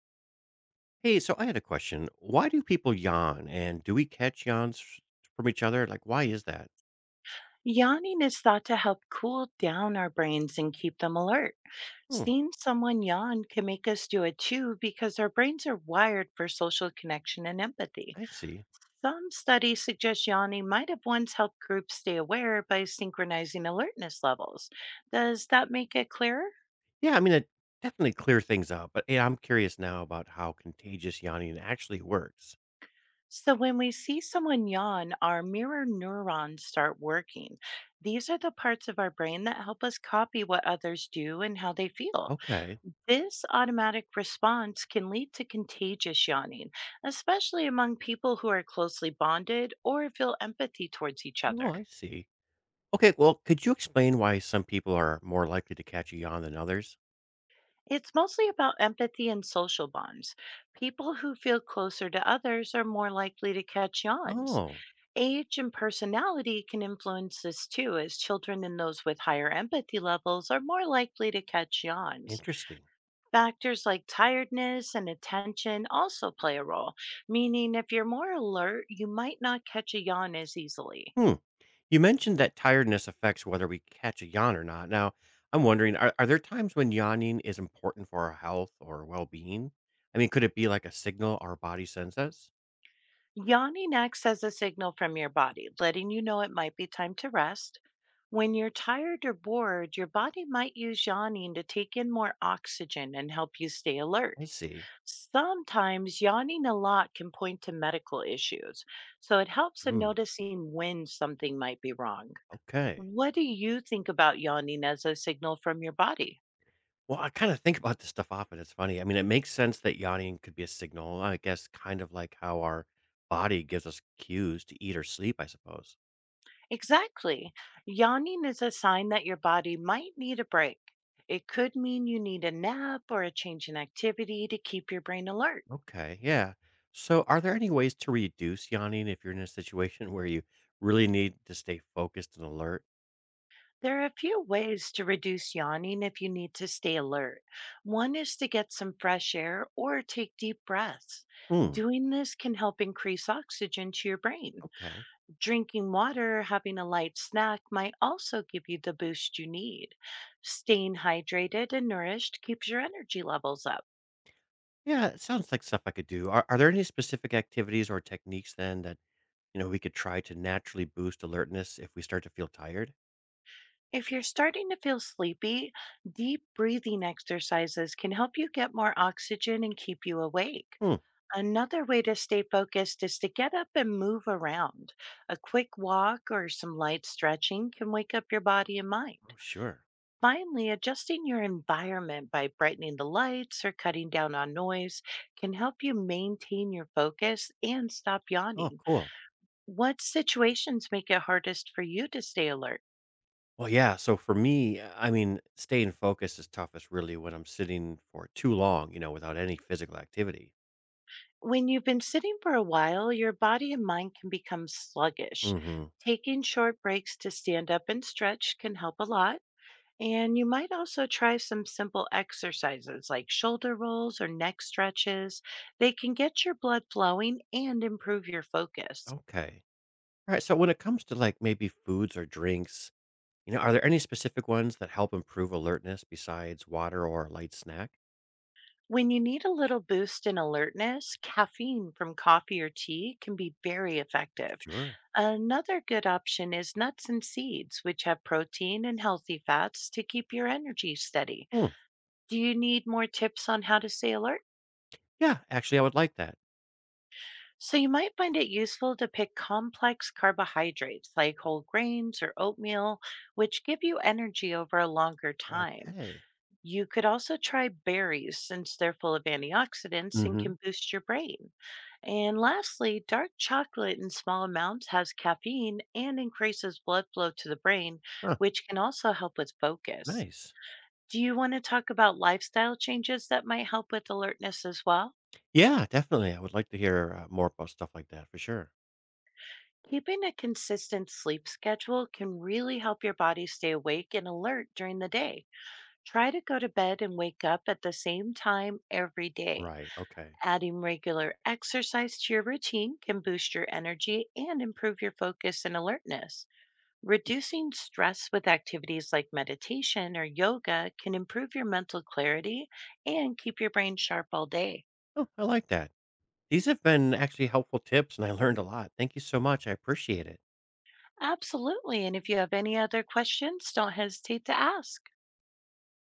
Hey, so I had a question. Why do people yawn and do we catch yawns from each other? Like, why is that? Yawning is thought to help cool down our brains and keep them alert. Hmm, Seeing someone yawn can make us do it too because our brains are wired for social connection and empathy. I see. Some studies suggest yawning might have once helped groups stay aware by synchronizing alertness levels. Does that make it clearer? Yeah, I mean, it definitely clear things up, but yeah, I'm curious now about how contagious yawning actually works. So, when we see someone yawn, our mirror neurons start working. These are the parts of our brain that help us copy what others do and how they feel. Okay. This automatic response can lead to contagious yawning, especially among people who are closely bonded or feel empathy towards each Oh, I other. see. Okay, well, could you explain why some people are more likely to catch a yawn than others? It's mostly about empathy and social bonds. People who feel closer to others are more likely to catch yawns. Oh, Age and personality can influence this too, as children and those with higher empathy levels are more likely to catch yawns. interesting. Factors like tiredness and attention also play a role, meaning if you're more alert, you might not catch a yawn as easily. Hmm. You mentioned that tiredness affects whether we catch a yawn or not. Now, I'm wondering are there times when yawning is important for our health or well being? I mean, could it be like a signal our body sends us? Yawning acts as a signal from your body, letting you know it might be time to rest. When you're tired or bored, your body might use yawning to take in more oxygen and help you stay alert. I see. Sometimes yawning a lot can point to medical issues, so it helps in Hmm. noticing when something might be wrong. Okay. What do you think about yawning as a signal from your body? Well, I kind of think about this stuff often. It's funny. I mean, it makes sense that yawning could be a signal, I guess, kind of like how our body gives us cues to eat or sleep, I suppose. Exactly. Yawning is a sign that your body might need a break. It could mean you need a nap or a change in activity to keep your brain alert. Okay. Yeah. So, are there any ways to reduce yawning if you're in a situation where you really need to stay focused and alert? There are a few ways to reduce yawning if you need to stay alert. One is to get some fresh air or take deep breaths. Hmm. Doing this can help increase oxygen to your brain. Okay. Drinking water, having a light snack might also give you the boost you need. Staying hydrated and nourished keeps your energy levels up. Yeah, it sounds like stuff I could do. Are there any specific activities or techniques then that, we could try to naturally boost alertness if we start to feel tired? If you're starting to feel sleepy, deep breathing exercises can help you get more oxygen and keep you awake. Hmm. Another way to stay focused is to get up and move around. A quick walk or some light stretching can wake up your body and mind. Oh, sure. Finally, adjusting your environment by brightening the lights or cutting down on noise can help you maintain your focus and stop Oh, yawning. cool. What situations make it hardest for you to stay alert? Well, yeah. So for me, I mean, staying focused is toughest really when I'm sitting for too long, without any physical activity. When you've been sitting for a while, your body and mind can become sluggish. Hmm. Taking short breaks to stand up and stretch can help a lot. And you might also try some simple exercises like shoulder rolls or neck stretches. They can get your blood flowing and improve your focus. Okay. All right. So when it comes to like maybe foods or drinks, are there any specific ones that help improve alertness besides water or a light snack? When you need a little boost in alertness, caffeine from coffee or tea can be very effective. Sure. Another good option is nuts and seeds, which have protein and healthy fats to keep your energy steady. Hmm. Do you need more tips on how to stay alert? Yeah, actually, I would like that. So, you might find it useful to pick complex carbohydrates like whole grains or oatmeal, which give you energy over a longer time. Okay. You could also try berries since they're full of antioxidants and Mm-hmm. can boost your brain. And lastly, dark chocolate in small amounts has caffeine and increases blood flow to the brain, Huh. which can also help with focus. Nice. Do you want to talk about lifestyle changes that might help with alertness as well? Yeah, definitely. I would like to hear more about stuff like that for sure. Keeping a consistent sleep schedule can really help your body stay awake and alert during the day. Try to go to bed and wake up at the same time every day. Right. Okay. Adding regular exercise to your routine can boost your energy and improve your focus and alertness. Reducing stress with activities like meditation or yoga can improve your mental clarity and keep your brain sharp all day. Oh, I like that. These have been actually helpful tips, and I learned a lot. Thank you so much. I appreciate it. Absolutely. And if you have any other questions, don't hesitate to ask.